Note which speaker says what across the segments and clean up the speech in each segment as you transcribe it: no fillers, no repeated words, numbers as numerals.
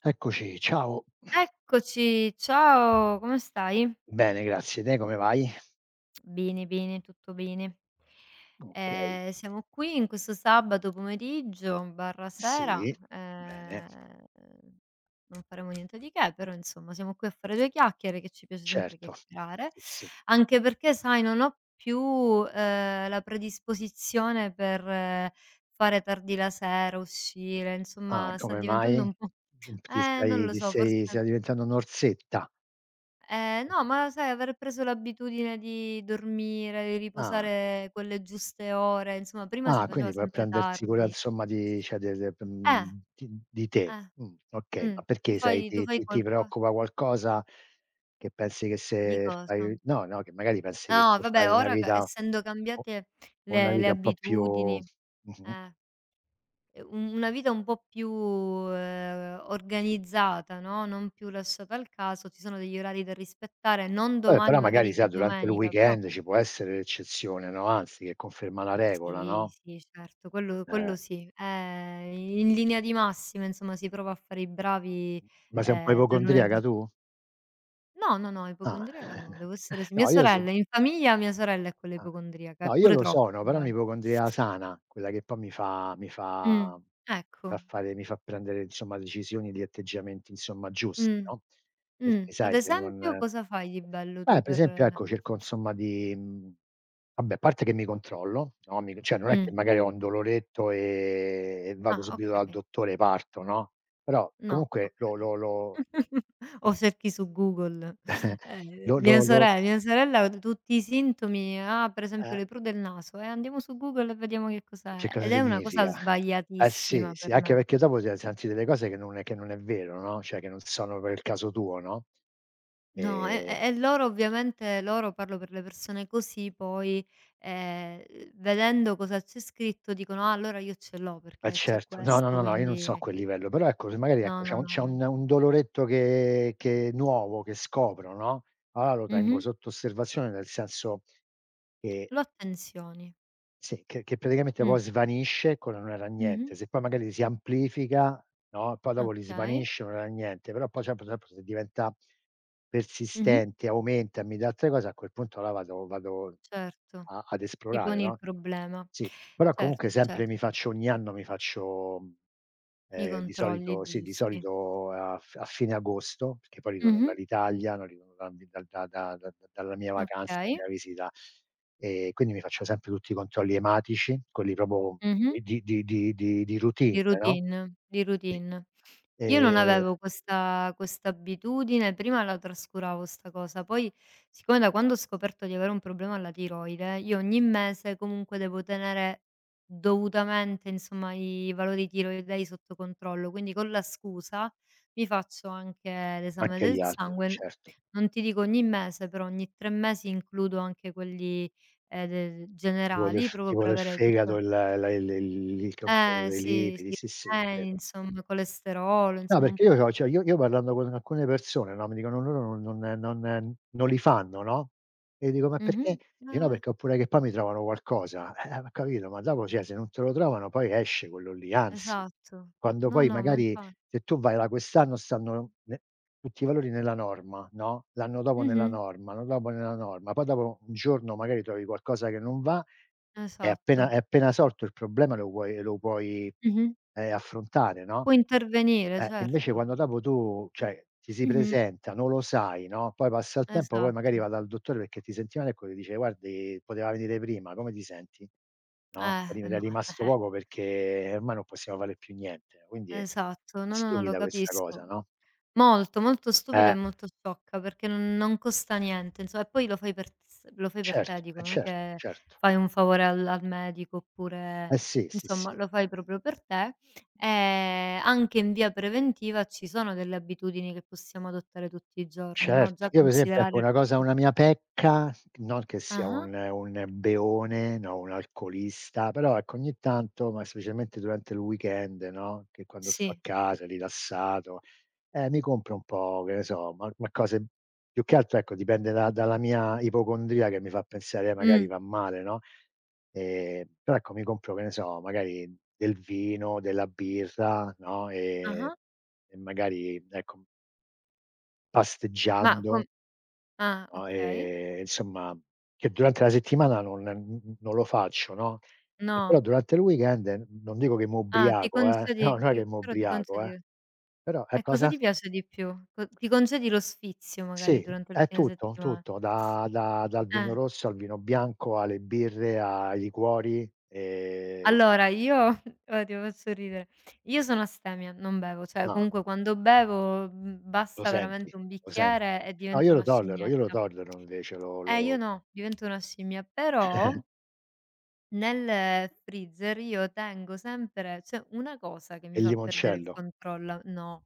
Speaker 1: Eccoci, ciao.
Speaker 2: Eccoci, ciao, come stai?
Speaker 1: Bene, grazie. Te come vai?
Speaker 2: Bene, bene, tutto bene.
Speaker 1: Okay,
Speaker 2: Siamo qui in questo sabato pomeriggio/sera,
Speaker 1: sì, bene,
Speaker 2: non faremo niente di che, però insomma siamo qui a fare due chiacchiere, che ci piace sempre
Speaker 1: certo,
Speaker 2: chiacchierare,
Speaker 1: sì.
Speaker 2: anche perché sai non ho più, la predisposizione per fare tardi la sera, uscire,
Speaker 1: Ah,
Speaker 2: insomma sta
Speaker 1: come mai?
Speaker 2: diventando un po'
Speaker 1: Mhmm,
Speaker 2: non lo
Speaker 1: ti
Speaker 2: so, forse.
Speaker 1: stai stai diventando un'orsetta.
Speaker 2: No, ma sai aver preso l'abitudine di dormire, di
Speaker 1: Ah,
Speaker 2: riposare quelle giuste ore, insomma prima si
Speaker 1: ah, quindi
Speaker 2: faceva
Speaker 1: per
Speaker 2: sempre
Speaker 1: prendersi cura
Speaker 2: tardi.
Speaker 1: insomma di, cioè,
Speaker 2: Eh,
Speaker 1: di te.
Speaker 2: eh,
Speaker 1: Okay,
Speaker 2: mh.
Speaker 1: ma perché sei
Speaker 2: Tu
Speaker 1: ti
Speaker 2: fai
Speaker 1: ti ti
Speaker 2: qualco
Speaker 1: preoccupa qualcosa, che pensi che
Speaker 2: di
Speaker 1: se
Speaker 2: cosa?
Speaker 1: fai, no, no, che magari pensi che
Speaker 2: No
Speaker 1: se fai
Speaker 2: vabbè
Speaker 1: una
Speaker 2: ora ca
Speaker 1: vita,
Speaker 2: essendo
Speaker 1: u
Speaker 2: cambiate
Speaker 1: una
Speaker 2: le
Speaker 1: vita un po' più.
Speaker 2: abitudini,
Speaker 1: Mh-mh.
Speaker 2: eh, u una vita un po' più, organizzata, no, non più lasciata al caso, ci sono degli orari da rispettare, non
Speaker 1: Vabbè,
Speaker 2: domani
Speaker 1: però magari
Speaker 2: magari che è
Speaker 1: sai durante il
Speaker 2: domenica, però
Speaker 1: weekend ci può essere l'eccezione, no, anzi che conferma la regola,
Speaker 2: Sì,
Speaker 1: no,
Speaker 2: sì, certo, quello
Speaker 1: eh.
Speaker 2: quello sì. In linea di massima, insomma, si prova a fare i bravi,
Speaker 1: Ma sei un po'
Speaker 2: dal
Speaker 1: ipocondriaca
Speaker 2: lunedì
Speaker 1: tu?
Speaker 2: no, no, no,
Speaker 1: Ah.
Speaker 2: ipocondriaca no, devo essere si mia
Speaker 1: No, io s
Speaker 2: sorella in famiglia mia sorella è quella
Speaker 1: Ah.
Speaker 2: ipocondriaca,
Speaker 1: No,
Speaker 2: è
Speaker 1: io
Speaker 2: pure
Speaker 1: lo
Speaker 2: troppo
Speaker 1: sono, però è
Speaker 2: magari.
Speaker 1: un'ipocondria sana, quella che poi mi fa mi
Speaker 2: Mh,
Speaker 1: fa
Speaker 2: ecco.
Speaker 1: fa fare mi fa prendere insomma decisioni di atteggiamenti insomma giusti,
Speaker 2: Mh,
Speaker 1: no, perché
Speaker 2: Ad
Speaker 1: sai se
Speaker 2: esempio
Speaker 1: non,
Speaker 2: cosa fai di bello tu
Speaker 1: per
Speaker 2: per
Speaker 1: esempio ecco cerco insomma di, vabbè a parte che mi controllo, no, mi, cioè, non è
Speaker 2: mh.
Speaker 1: che magari ho un doloretto, e vado
Speaker 2: Ah,
Speaker 1: subito dal
Speaker 2: okay.
Speaker 1: dottore e parto, no, però
Speaker 2: No,
Speaker 1: comunque lo
Speaker 2: okay.
Speaker 1: lo lo
Speaker 2: O cerchi su Google.
Speaker 1: lo lo lo
Speaker 2: Mia sorella ha tutti i sintomi, ha per esempio
Speaker 1: eh,
Speaker 2: le pru del naso, andiamo su Google e vediamo che
Speaker 1: che
Speaker 2: cos'è,
Speaker 1: cosa
Speaker 2: ed è una cosa
Speaker 1: significa? Eh sì,
Speaker 2: sbagliatissima
Speaker 1: sì,
Speaker 2: per
Speaker 1: anche
Speaker 2: me.
Speaker 1: perché dopo se senti delle cose che non è vero, no, cioè che non sono per il caso tuo, no,
Speaker 2: No, e
Speaker 1: ehm,
Speaker 2: e e loro ovviamente loro, parlo per le persone così poi, vedendo cosa c'è scritto dicono: "Ah allora io ce l'ho
Speaker 1: eh
Speaker 2: perché c'ho
Speaker 1: certo. No, no,
Speaker 2: questo
Speaker 1: no, no, io non
Speaker 2: quindi"
Speaker 1: so a quel livello, però ecco, se magari
Speaker 2: no,
Speaker 1: ecco c'è
Speaker 2: no,
Speaker 1: un
Speaker 2: no,
Speaker 1: c'è un
Speaker 2: neanche
Speaker 1: un doloretto che è nuovo che scopro, no, allora lo tengo
Speaker 2: mh-mh.
Speaker 1: sotto osservazione, nel senso che.
Speaker 2: Lo attenzioni.
Speaker 1: Sì, che praticamente poi
Speaker 2: Mh.
Speaker 1: svanisce con "non era
Speaker 2: Mh-mh.
Speaker 1: niente", se poi magari si amplifica, no, poi dopo li
Speaker 2: Okay.
Speaker 1: svanisce, "non era niente", però poi sempre sempre se diventa
Speaker 2: Mh-mh.
Speaker 1: persistente, aumenta e mi dà altre cose, a quel punto là vado
Speaker 2: Certo.
Speaker 1: a ad
Speaker 2: Ti
Speaker 1: esplorare,
Speaker 2: poni il
Speaker 1: no.
Speaker 2: problema.
Speaker 1: Sì, però comunque
Speaker 2: Certo,
Speaker 1: sempre mi
Speaker 2: certo.
Speaker 1: faccio, ogni anno mi faccio,
Speaker 2: I
Speaker 1: di
Speaker 2: controlli
Speaker 1: solito sì, di
Speaker 2: giusti.
Speaker 1: solito a fine agosto, perché poi ritorno
Speaker 2: Mh-mh.
Speaker 1: dall'Italia, no, ritorno da da da da da dalla mia vacanza,
Speaker 2: Okay.
Speaker 1: dalla mia visita. Quindi mi faccio sempre tutti i controlli ematici, quelli proprio
Speaker 2: Mh-mh.
Speaker 1: di routine,
Speaker 2: Di
Speaker 1: no?
Speaker 2: routine, di
Speaker 1: Sì.
Speaker 2: routine. Io non
Speaker 1: Ehm,
Speaker 2: avevo questa abitudine, prima la trascuravo 'sta cosa, poi siccome da quando ho scoperto di avere un problema alla tiroide, io ogni mese comunque devo tenere dovutamente, insomma, i valori tiroidei sotto controllo, quindi con la scusa mi faccio anche l'esame
Speaker 1: Anche
Speaker 2: del
Speaker 1: gli altri,
Speaker 2: sangue, n
Speaker 1: certo.
Speaker 2: non ti dico ogni mese, però ogni 3 mesi includo anche quelli, de
Speaker 1: Tipo del
Speaker 2: generali
Speaker 1: f
Speaker 2: proprio
Speaker 1: tipo
Speaker 2: per
Speaker 1: del
Speaker 2: avere
Speaker 1: fegato,
Speaker 2: tutte
Speaker 1: il la il controllo
Speaker 2: eh
Speaker 1: dei
Speaker 2: sì,
Speaker 1: lipidi,
Speaker 2: sì,
Speaker 1: sì, sì, vero.
Speaker 2: insomma, colesterolo,
Speaker 1: No,
Speaker 2: insomma un
Speaker 1: perché io
Speaker 2: po' tu
Speaker 1: c'ho cioè io parlando con alcune persone, no, mi dicono: "Loro non li fanno", no, e dico: "Ma
Speaker 2: mh-mh,
Speaker 1: perché?" Dice: "No,
Speaker 2: eh,
Speaker 1: perché oppure che poi mi trovano qualcosa". Ho capito, ma dopo, cioè, se non te lo trovano poi esce quello lì, anzi,
Speaker 2: esatto.
Speaker 1: quando
Speaker 2: No,
Speaker 1: poi
Speaker 2: no, ma
Speaker 1: magari
Speaker 2: infa
Speaker 1: se tu vai là quest'anno stanno ne tutti i valori nella norma, no, l'anno dopo nella
Speaker 2: mh-mh,
Speaker 1: norma, l'anno dopo nella norma, poi dopo un giorno magari trovi qualcosa che non va, è appena è
Speaker 2: esatto.
Speaker 1: appena sorto il problema, lo puoi,
Speaker 2: Mh-mh.
Speaker 1: affrontare, no,
Speaker 2: Può intervenire,
Speaker 1: e invece
Speaker 2: certo.
Speaker 1: quando dopo tu, cioè, ti si
Speaker 2: Mh-mh,
Speaker 1: presenta, non lo sai, no, poi passa il tempo, poi magari
Speaker 2: esatto.
Speaker 1: vai dal dottore perché ti senti male e quello dice: "Guardi, poteva venire prima, come ti senti?" No, "Ri era
Speaker 2: Ma
Speaker 1: rimasto poco perché ormai non possiamo fare più niente." Quindi è
Speaker 2: esatto, no, no, no, lo
Speaker 1: stupida questa cosa,
Speaker 2: capisco.
Speaker 1: no?
Speaker 2: Molto, molto stupido e
Speaker 1: Eh,
Speaker 2: molto sciocca, perché non costa niente, inso e poi lo fai per te,
Speaker 1: certo,
Speaker 2: dico,
Speaker 1: eh
Speaker 2: non è
Speaker 1: certo,
Speaker 2: che
Speaker 1: certo.
Speaker 2: fai un favore al medico oppure
Speaker 1: Eh sì, sì,
Speaker 2: insomma
Speaker 1: sì.
Speaker 2: lo fai proprio per te. Anche in via preventiva ci sono delle abitudini che possiamo adottare tutti i giorni, no,
Speaker 1: Certo.
Speaker 2: già
Speaker 1: Io per esempio ecco
Speaker 2: considerare il
Speaker 1: una cosa,
Speaker 2: fatto
Speaker 1: una mia pecca, non che sia
Speaker 2: ah-ah,
Speaker 1: un beone, no, un alcolista, però ecco ogni tanto, ma specialmente durante il weekend, no, che quando sto a
Speaker 2: sì,
Speaker 1: casa rilassato, mi compro un po', che ne so, ma cose più che altro ecco dipende da dalla mia ipocondria che mi fa pensare: magari
Speaker 2: mh,
Speaker 1: fa male", no, però ecco mi compro, che ne so, magari del vino, della birra, no,
Speaker 2: ah-ah,
Speaker 1: e magari ecco
Speaker 2: ma
Speaker 1: pasteggiando.
Speaker 2: com ah,
Speaker 1: No,
Speaker 2: okay.
Speaker 1: insomma, che durante la settimana non lo faccio, no, e però
Speaker 2: No.
Speaker 1: durante il weekend n non dico che
Speaker 2: Ah, ti
Speaker 1: m'ubriaco,
Speaker 2: concedi
Speaker 1: no, non è
Speaker 2: ti
Speaker 1: che
Speaker 2: però ti
Speaker 1: m'ubriaco,
Speaker 2: concedi
Speaker 1: però è
Speaker 2: E cosa
Speaker 1: cosa,
Speaker 2: ti piace di più? Co Ti concedi lo sfizio magari
Speaker 1: sì,
Speaker 2: durante il
Speaker 1: è
Speaker 2: fine
Speaker 1: tutto,
Speaker 2: settimana.
Speaker 1: tutto, da dal
Speaker 2: Eh.
Speaker 1: vino rosso al vino bianco, alle birre, ai liquori, sì.
Speaker 2: Allora io guarda ti faccio ridere. Io sono astemia, non bevo, cioè
Speaker 1: No,
Speaker 2: comunque quando bevo,
Speaker 1: lo
Speaker 2: basta
Speaker 1: senti,
Speaker 2: veramente un
Speaker 1: lo senti.
Speaker 2: bicchiere e
Speaker 1: No,
Speaker 2: divento una
Speaker 1: io lo
Speaker 2: scimmietta.
Speaker 1: tollero invece, lo
Speaker 2: Io
Speaker 1: lo
Speaker 2: no, divento una scimmia, però nel freezer io tengo sempre c'è una cosa che mi
Speaker 1: il
Speaker 2: fa perdere il
Speaker 1: limoncello.
Speaker 2: controllo no.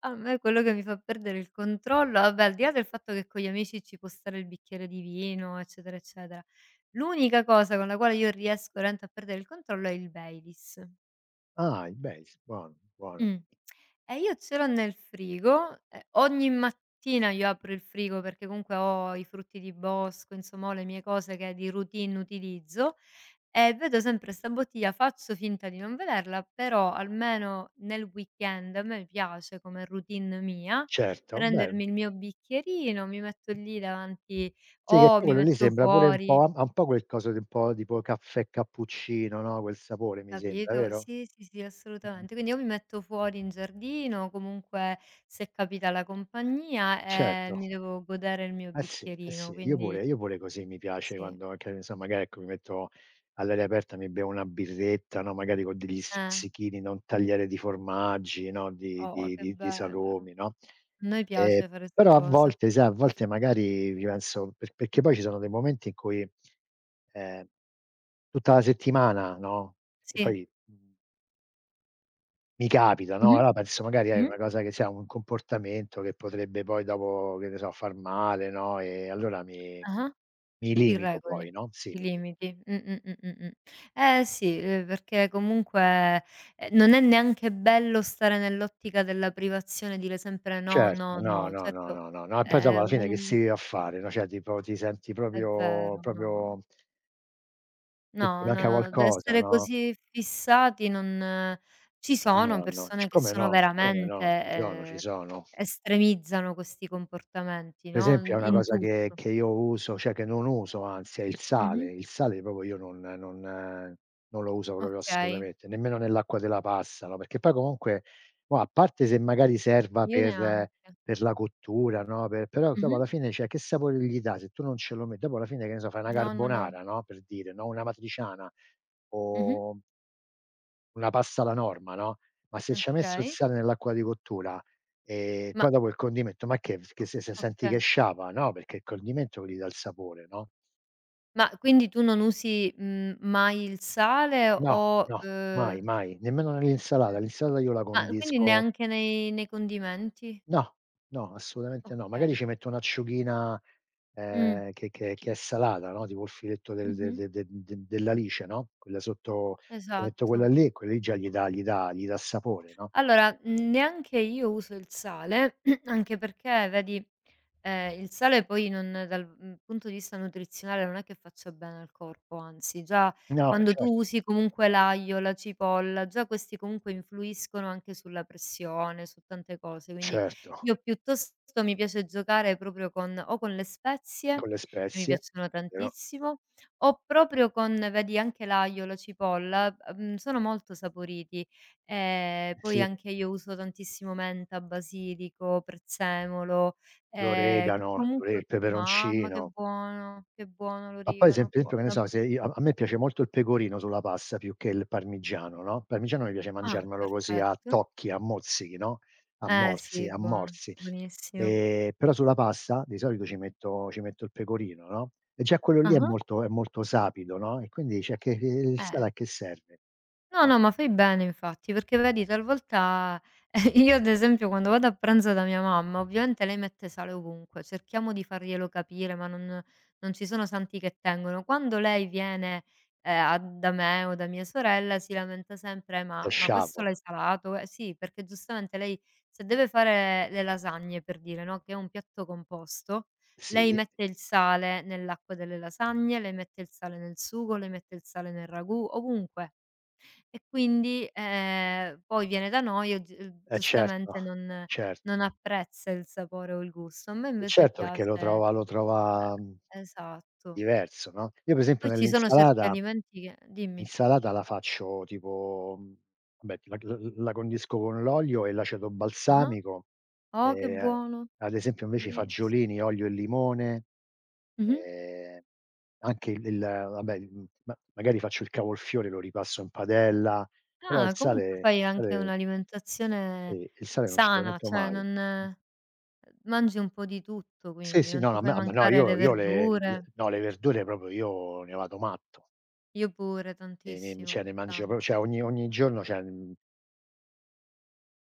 Speaker 2: A me quello che mi fa perdere il controllo vabbè, al di là del fatto che con gli amici ci può stare il bicchiere di vino, eccetera, eccetera, l'unica cosa con la quale io riesco veramente a perdere il controllo è il Baileys.
Speaker 1: Ah, beh, s buono, buono.
Speaker 2: Mh. Io ce l'ho nel frigo, ogni mattina io apro il frigo perché comunque ho i frutti di bosco, insomma ho le mie cose che di routine utilizzo e vedo sempre 'sta bottiglia, faccio finta di non vederla, però almeno nel weekend a me piace come routine mia
Speaker 1: Certo, beh.
Speaker 2: prendermi il mio bicchierino, mi metto lì davanti
Speaker 1: Sì, che
Speaker 2: o
Speaker 1: poi
Speaker 2: mi
Speaker 1: quello lì
Speaker 2: metto
Speaker 1: sembra pure un
Speaker 2: fuori
Speaker 1: po', ha un po' quel coso di un po' tipo caffè cappuccino, no, quel sapore mi sembra,
Speaker 2: Capito?
Speaker 1: vero?
Speaker 2: Sì, sì, sì,
Speaker 1: Mh-mh.
Speaker 2: assolutamente. Quindi io mi metto fuori in giardino, comunque se capita la compagnia, e
Speaker 1: Certo.
Speaker 2: mi devo godere il mio
Speaker 1: Sì, eh
Speaker 2: bicchierino,
Speaker 1: sì, io
Speaker 2: quindi
Speaker 1: pure io pure così mi piace
Speaker 2: sì.
Speaker 1: quando che ne so, magari ecco mi metto all'aria aperta, mi bevo una birretta, no, magari con degli
Speaker 2: Eh,
Speaker 1: stuzzichini, no, un tagliere di formaggi, no, di
Speaker 2: oh,
Speaker 1: di
Speaker 2: che
Speaker 1: di di
Speaker 2: bello.
Speaker 1: salumi, no,
Speaker 2: A noi
Speaker 1: ehm,
Speaker 2: piace fare 'sta
Speaker 1: però a
Speaker 2: cosa.
Speaker 1: volte sai, a volte magari ci penso, perché poi ci sono dei momenti in cui, ehm, tutta la settimana, no, che
Speaker 2: Sì.
Speaker 1: poi, mhmm, mi capita, no,
Speaker 2: Mh-mh,
Speaker 1: allora penso magari è
Speaker 2: mh-mh.
Speaker 1: una cosa che sia un comportamento che potrebbe poi dopo, che ne so, far male, no, e allora mi
Speaker 2: Ah-ah.
Speaker 1: mi
Speaker 2: Ti
Speaker 1: limito
Speaker 2: regoli,
Speaker 1: poi, no, sì,
Speaker 2: ti
Speaker 1: mi li
Speaker 2: limiti. Eh sì, perché comunque, non è neanche bello stare nell'ottica della privazione, dire sempre: "No,
Speaker 1: certo,
Speaker 2: no,
Speaker 1: no,
Speaker 2: no".
Speaker 1: no, no,
Speaker 2: Certo.
Speaker 1: no, no, no, e poi dopo alla fine che si
Speaker 2: Un
Speaker 1: vive a fare, no, cioè tipo ti senti
Speaker 2: È
Speaker 1: proprio
Speaker 2: vero, no.
Speaker 1: proprio che ti
Speaker 2: No, no,
Speaker 1: manca
Speaker 2: no, da
Speaker 1: qualcosa,
Speaker 2: essere
Speaker 1: no?
Speaker 2: così fissati non ci
Speaker 1: Eh, no,
Speaker 2: sono
Speaker 1: no, c
Speaker 2: persone che
Speaker 1: come
Speaker 2: sono
Speaker 1: no, come
Speaker 2: veramente
Speaker 1: no, ci sono, ci sono.
Speaker 2: estremizzano questi comportamenti,
Speaker 1: Per
Speaker 2: no,
Speaker 1: esempio è
Speaker 2: in
Speaker 1: una
Speaker 2: in
Speaker 1: cosa che
Speaker 2: tutto.
Speaker 1: che io uso, cioè che non uso anzi, è il
Speaker 2: Mh-mh.
Speaker 1: sale. Il sale proprio io non lo uso proprio
Speaker 2: Okay,
Speaker 1: assolutamente, nemmeno nell'acqua della pasta, no, perché poi comunque, mo' a parte se magari serva
Speaker 2: io neanche.
Speaker 1: per la cottura, no, però dopo
Speaker 2: Mh-mh.
Speaker 1: alla fine, cioè, che sapore gli dà se tu non ce lo me dopo alla fine, che ne so, fai una
Speaker 2: No, no, no.
Speaker 1: carbonara, no, per dire, no, una matriciana
Speaker 2: Mh-mh.
Speaker 1: o una pasta alla norma, no, ma se ci hai messo il
Speaker 2: Okay.
Speaker 1: sale nell'acqua di cottura,
Speaker 2: Ma
Speaker 1: poi dopo il condimento, ma che se senti che
Speaker 2: okay.
Speaker 1: sciapa? No, perché il condimento gli dà il sapore, no?
Speaker 2: Ma quindi tu non usi, mai il sale
Speaker 1: No,
Speaker 2: o
Speaker 1: no, mai, mai, nemmeno nell'insalata. L'insalata io la
Speaker 2: ma quindi
Speaker 1: condisco,
Speaker 2: neanche nei condimenti?
Speaker 1: no, no, assolutamente no. Magari
Speaker 2: Okay.
Speaker 1: ci metto un'acciughina,
Speaker 2: Mh.
Speaker 1: che è salata, no, tipo il filetto del de
Speaker 2: Mh-mh.
Speaker 1: de de de dell'alice, no, quella sotto ci metto quella
Speaker 2: Esatto.
Speaker 1: lì e quella lì già gli dà sapore, no?
Speaker 2: Allora, neanche io uso il sale, anche perché vedi, il sale poi non dal, punto di vista nutrizionale non è che faccia bene al corpo, anzi già
Speaker 1: No,
Speaker 2: quando tu
Speaker 1: certo,
Speaker 2: usi comunque l'aglio, la cipolla, già questi comunque influiscono anche sulla pressione, su tante cose, quindi
Speaker 1: certo.
Speaker 2: io piuttosto mi piace giocare proprio con le spezie,
Speaker 1: Con le
Speaker 2: che mi
Speaker 1: spezie,
Speaker 2: piacciono
Speaker 1: vero?
Speaker 2: tantissimo, o proprio con vedi anche l'aglio, la cipolla, sono molto saporiti. Poi
Speaker 1: Sì,
Speaker 2: anche io uso tantissimo menta, basilico, prezzemolo, che
Speaker 1: l'oregano, l'ore il
Speaker 2: comunque mamma
Speaker 1: peperoncino.
Speaker 2: che buono
Speaker 1: Ma poi se
Speaker 2: l'origano,
Speaker 1: per
Speaker 2: poi
Speaker 1: esempio, che ne
Speaker 2: una
Speaker 1: so, se io, a, a me piace molto il pecorino sulla pasta più che il parmigiano, no, parmigiano mi piace
Speaker 2: ah,
Speaker 1: mangiarmelo così a
Speaker 2: perfetto.
Speaker 1: tocchi, a mozzichi, no, a
Speaker 2: Eh
Speaker 1: morsi,
Speaker 2: sì,
Speaker 1: a
Speaker 2: buono,
Speaker 1: morsi.
Speaker 2: buonissimo.
Speaker 1: Però sulla pasta di solito ci metto il pecorino, no, e già quello lì è
Speaker 2: Ah-ah,
Speaker 1: molto è molto sapido, no, e quindi, cioè, che il
Speaker 2: eh.
Speaker 1: sale a che serve,
Speaker 2: No,
Speaker 1: no,
Speaker 2: no, ma fai bene infatti, perché vedi talvolta io ad esempio quando vado a pranzo da mia mamma, ovviamente lei mette sale ovunque, cerchiamo di farglielo capire, ma non ci sono santi che tengono. Quando lei viene, a da me o da mia sorella si lamenta sempre:
Speaker 1: è
Speaker 2: Ma questo
Speaker 1: sciapo.
Speaker 2: l'hai salato?" Eh sì, perché giustamente lei se deve fare le lasagne per dire, no, che è un piatto composto, lei
Speaker 1: Sì,
Speaker 2: mette il sale nell'acqua delle lasagne, lei mette il sale nel sugo, lei mette il sale nel ragù, ovunque. E quindi, poi viene da noi e gi
Speaker 1: eh certo,
Speaker 2: giustamente
Speaker 1: eh
Speaker 2: non
Speaker 1: certo.
Speaker 2: non apprezza il sapore o il gusto. A me
Speaker 1: E
Speaker 2: invece
Speaker 1: certo, perché lo
Speaker 2: piace
Speaker 1: trova lo trova, mhmm,
Speaker 2: eh, esatto.
Speaker 1: diverso, no, io per esempio
Speaker 2: Poi ci sono certi
Speaker 1: nell'insalata,
Speaker 2: alimenti che dimmi.
Speaker 1: l'insalata la faccio tipo, vabbè, la condisco con l'olio e l'aceto
Speaker 2: Ah-ah.
Speaker 1: balsamico,
Speaker 2: Oh, che
Speaker 1: ehm,
Speaker 2: buono,
Speaker 1: ad esempio invece i
Speaker 2: buonissi
Speaker 1: fagiolini, olio e limone,
Speaker 2: mh-mh.
Speaker 1: ehm, anche il vabbè, ma magari faccio il cavolfiore, lo ripasso in padella, però il
Speaker 2: Ah, comunque
Speaker 1: sale, il
Speaker 2: fai anche
Speaker 1: sale
Speaker 2: un'alimentazione
Speaker 1: sì, il sale non ce lo
Speaker 2: sana,
Speaker 1: metto
Speaker 2: cioè
Speaker 1: mai.
Speaker 2: non
Speaker 1: Mh.
Speaker 2: mangi un po' di tutto
Speaker 1: Sì,
Speaker 2: quindi,
Speaker 1: sì,
Speaker 2: non
Speaker 1: no, no,
Speaker 2: ti
Speaker 1: a me
Speaker 2: fai
Speaker 1: a me no,
Speaker 2: mancare le
Speaker 1: io le
Speaker 2: verdure.
Speaker 1: no, le verdure proprio io ne vado matto.
Speaker 2: Io pure
Speaker 1: E ne,
Speaker 2: tantissimo,
Speaker 1: cioè, ne mangio, pro
Speaker 2: tante.
Speaker 1: cioè ogni giorno, cioè,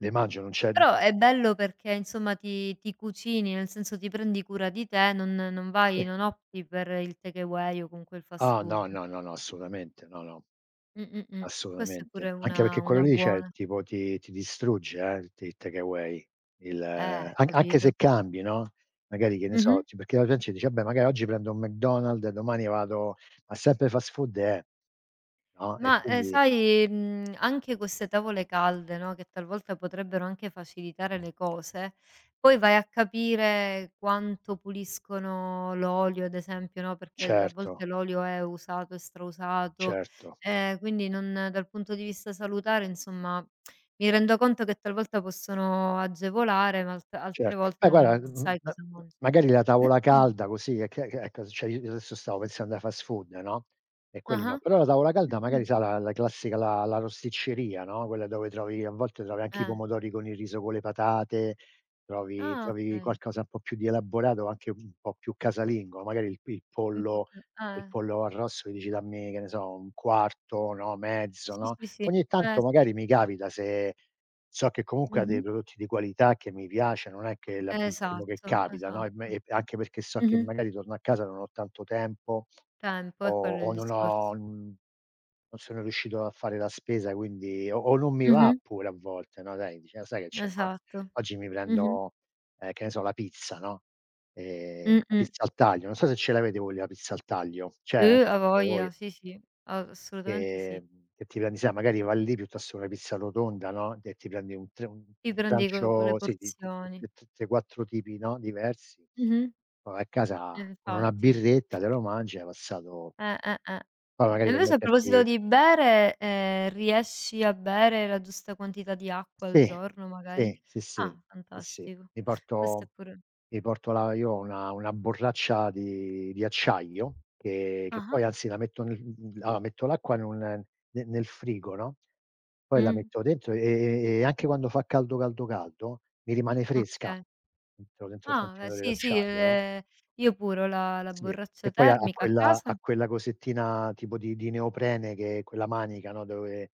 Speaker 1: le mangio, non c'è,
Speaker 2: Però è bello perché insomma ti cucini, nel senso ti prendi cura di te, non non
Speaker 1: sì.
Speaker 2: vai non opti per il takeaway o comunque il fast
Speaker 1: Ah, no,
Speaker 2: food.
Speaker 1: no, no, no, assolutamente, no, no,
Speaker 2: Mh, mh, mh. Questa è
Speaker 1: assolutamente.
Speaker 2: pure
Speaker 1: Anche perché
Speaker 2: una
Speaker 1: quello
Speaker 2: una
Speaker 1: lì, cioè,
Speaker 2: buona
Speaker 1: tipo ti distrugge, il takeaway. Il an Anche se
Speaker 2: capito.
Speaker 1: cambi, no, magari che ne so,
Speaker 2: Mh-mh.
Speaker 1: c perché la gente dice: "Vabbè, magari oggi prendo un McDonald's, domani vado", ma sempre fast food è, no, e
Speaker 2: Ma,
Speaker 1: quindi
Speaker 2: sai, anche queste tavole calde, no, che talvolta potrebbero anche facilitare le cose, poi vai a capire quanto puliscono l'olio, ad esempio, no, perché a
Speaker 1: certo,
Speaker 2: volte l'olio è usato e strausato,
Speaker 1: certo.
Speaker 2: quindi non dal punto di vista salutare, insomma, mi rendo conto che talvolta possono agevolare, ma altre
Speaker 1: Certo. Ma
Speaker 2: volte non
Speaker 1: guarda,
Speaker 2: sai
Speaker 1: ma
Speaker 2: cosa mangi.
Speaker 1: magari la tavola calda così e che ecco, cioè io adesso stavo pensando ai fast food, no, e quelli no,
Speaker 2: Ah-ah.
Speaker 1: però la tavola calda magari sai la classica la rosticceria, no, quella dove trovi, a volte trovi anche i
Speaker 2: Eh.
Speaker 1: pomodori con il riso con le patate, trovi
Speaker 2: Ah,
Speaker 1: trovi
Speaker 2: okay.
Speaker 1: qualcosa un po' più di elaborato, anche un po' più casalingo, magari il il
Speaker 2: Un po'
Speaker 1: pollo
Speaker 2: più
Speaker 1: il
Speaker 2: eh.
Speaker 1: pollo arrosto e dici: "Dammi, che ne so, un quarto, no, mezzo",
Speaker 2: Sì,
Speaker 1: no.
Speaker 2: sì, sì.
Speaker 1: Ogni tanto
Speaker 2: Sì.
Speaker 1: magari mi capita, se. So che comunque ha dei
Speaker 2: Mh-mh.
Speaker 1: prodotti di qualità che mi piace, non è che è la pri, il primo che
Speaker 2: Esatto,
Speaker 1: capita, no,
Speaker 2: esatto.
Speaker 1: e anche perché so che
Speaker 2: Mh-mh.
Speaker 1: magari torno a casa, non ho tanto tempo,
Speaker 2: Tempo, è
Speaker 1: o
Speaker 2: quello il
Speaker 1: o non
Speaker 2: discorso.
Speaker 1: ho, non sono riuscito a fare la spesa, quindi o non mi va
Speaker 2: Mh-mh.
Speaker 1: pure a volte, no, dai, dici: "Ah, sai che c'è, ma
Speaker 2: Esatto.
Speaker 1: oggi mi
Speaker 2: Mh-mh.
Speaker 1: prendo, che ne so, la pizza, no, la
Speaker 2: Mh-mh.
Speaker 1: pizza al taglio." Non so se ce l'avete voi la pizza al taglio, c'è
Speaker 2: A
Speaker 1: da
Speaker 2: voglia,
Speaker 1: voi?
Speaker 2: sì, sì, assolutamente sì.
Speaker 1: Che ti prendi sai magari vai lì piuttosto che una pizza rotonda, no, e ti prendi un
Speaker 2: Ti prendi co quelle
Speaker 1: trancio sì di t
Speaker 2: porzioni.
Speaker 1: t 3, 4 tipi, no, diversi.
Speaker 2: Mh-mh.
Speaker 1: Poi vai a casa con una
Speaker 2: Infatti.
Speaker 1: birretta, te lo mangi, hai passato,
Speaker 2: Eh.
Speaker 1: poi
Speaker 2: E
Speaker 1: magari per
Speaker 2: invece a proposito
Speaker 1: metterti.
Speaker 2: di bere, riesci a bere la giusta quantità di acqua al
Speaker 1: Sì,
Speaker 2: giorno magari?
Speaker 1: sì, sì,
Speaker 2: Ah,
Speaker 1: sì, sì, sì.
Speaker 2: fantastico.
Speaker 1: Mi
Speaker 2: Questo è
Speaker 1: porto
Speaker 2: pure
Speaker 1: mi porto la io ho una borraccia di acciaio che
Speaker 2: ah-ah.
Speaker 1: poi anzi la metto nel, mhmm, allora metto l'acqua in un ne nel frigo, no, poi la
Speaker 2: Mh.
Speaker 1: metto dentro e anche quando fa caldo, caldo, caldo, mi rimane fresca
Speaker 2: Okay.
Speaker 1: dentro il
Speaker 2: Ah, beh,
Speaker 1: contenitore
Speaker 2: sì, sì,
Speaker 1: d'acciaio, no,
Speaker 2: io pure ho la
Speaker 1: sì. E
Speaker 2: borraccia
Speaker 1: poi ha ha
Speaker 2: termica a
Speaker 1: quella
Speaker 2: casa
Speaker 1: ha quella cosettina tipo di neoprene che è quella manica, no, dove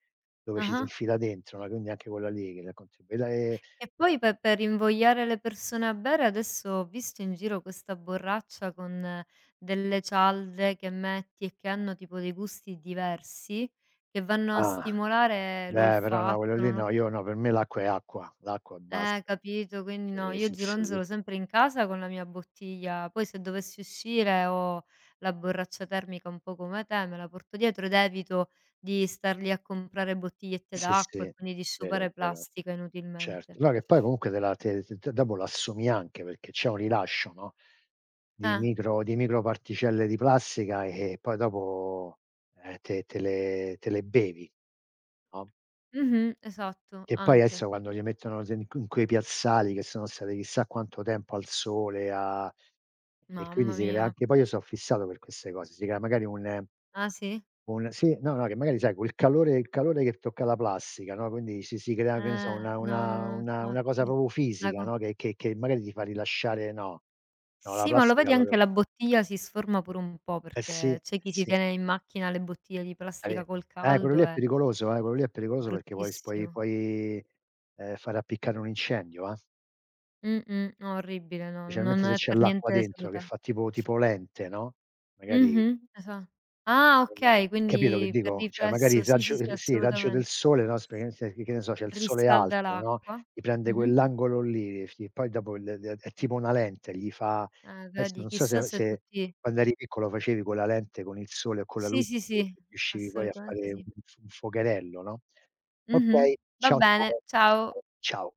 Speaker 1: dove ci si
Speaker 2: ah-ah.
Speaker 1: infila dentro, no, quindi anche quella lì che la contribu e la e.
Speaker 2: E poi pe per invogliare le persone a bere adesso ho visto in giro questa borraccia con delle cialde che metti e che hanno tipo dei gusti diversi, che vanno a
Speaker 1: Ah,
Speaker 2: stimolare
Speaker 1: beh, però no, quello
Speaker 2: l'olfatto,
Speaker 1: lì
Speaker 2: non ho
Speaker 1: no, io no, per me l'acqua è acqua, l'acqua e basta.
Speaker 2: Capito, quindi no, io
Speaker 1: Sì, sì, io
Speaker 2: gironzolo sempre in casa con la mia bottiglia, poi se dovessi uscire ho la borraccia termica un po' come te, me la porto dietro ed evito di star lì a comprare bottigliette
Speaker 1: sì, sì,
Speaker 2: d'acqua e quindi di
Speaker 1: è
Speaker 2: sciupare
Speaker 1: vero,
Speaker 2: plastica
Speaker 1: certo.
Speaker 2: inutilmente.
Speaker 1: No, che poi comunque te la te te te dopo l'assumi anche, perché c'è un rilascio, no,
Speaker 2: Eh,
Speaker 1: di microparticelle di plastica e poi dopo, te le bevi, no?
Speaker 2: mh-mh, esatto,
Speaker 1: Che poi
Speaker 2: anche.
Speaker 1: adesso quando li mettono se in in quei piazzali che sono stati chissà quanto tempo al sole, a, e quindi
Speaker 2: Mamma
Speaker 1: si crea
Speaker 2: mia.
Speaker 1: anche poi io so' fissato per queste cose, si crea magari
Speaker 2: Ah sì?
Speaker 1: un sì, no, no, che magari sai quel calore, il calore che tocca la plastica, no, quindi si crea, che ne so, una
Speaker 2: No, no,
Speaker 1: una
Speaker 2: no,
Speaker 1: una una cosa
Speaker 2: infatti.
Speaker 1: proprio
Speaker 2: La
Speaker 1: fisica,
Speaker 2: co
Speaker 1: no, che magari ti fa rilasciare, no, no, la
Speaker 2: Sì, ma lo
Speaker 1: plastica
Speaker 2: vedi anche
Speaker 1: proprio,
Speaker 2: la bottiglia si sforma pure un po'
Speaker 1: sì,
Speaker 2: perché
Speaker 1: eh
Speaker 2: c'è chi si
Speaker 1: sì,
Speaker 2: tiene in macchina le bottiglie di
Speaker 1: capi
Speaker 2: plastica col
Speaker 1: quello lì
Speaker 2: caldo
Speaker 1: è
Speaker 2: e
Speaker 1: pericoloso, quello lì è pericoloso perché puoi s puoi
Speaker 2: Bruttissimo.
Speaker 1: puoi, far appiccare un incendio, eh.
Speaker 2: Mh-mh. No, orribile, no,
Speaker 1: Specialmente
Speaker 2: non
Speaker 1: se
Speaker 2: è
Speaker 1: c'è
Speaker 2: per
Speaker 1: l'acqua
Speaker 2: niente
Speaker 1: dentro che
Speaker 2: saluta
Speaker 1: fa tipo lente, no, magari,
Speaker 2: mh-mh, esa ah,
Speaker 1: o no?
Speaker 2: okay,
Speaker 1: Capito che
Speaker 2: quindi per
Speaker 1: dico? Cioè magari il
Speaker 2: riflesso sì,
Speaker 1: raggio,
Speaker 2: sì, sì,
Speaker 1: sì, il raggio
Speaker 2: assolutamen
Speaker 1: del sole, no, specialmente che ne so, c'è il sole
Speaker 2: riscalda
Speaker 1: alto, no,
Speaker 2: l'acqua.
Speaker 1: ti prende
Speaker 2: Mh-mh.
Speaker 1: quell'angolo lì, sì, poi dopo il l è tipo una lente, gli fa adesso
Speaker 2: Vedi,
Speaker 1: non so se
Speaker 2: chissà se tutti
Speaker 1: quando eri piccolo facevi con la lente, con il sole o con la
Speaker 2: sì,
Speaker 1: luce,
Speaker 2: sì, sì,
Speaker 1: riuscivi poi a
Speaker 2: assolutamente
Speaker 1: fare
Speaker 2: sì.
Speaker 1: un fuocherello, no?
Speaker 2: Mh-mh.
Speaker 1: Okay,
Speaker 2: Va
Speaker 1: ciao,
Speaker 2: bene,
Speaker 1: ciao,
Speaker 2: ciao.
Speaker 1: ciao, ciao.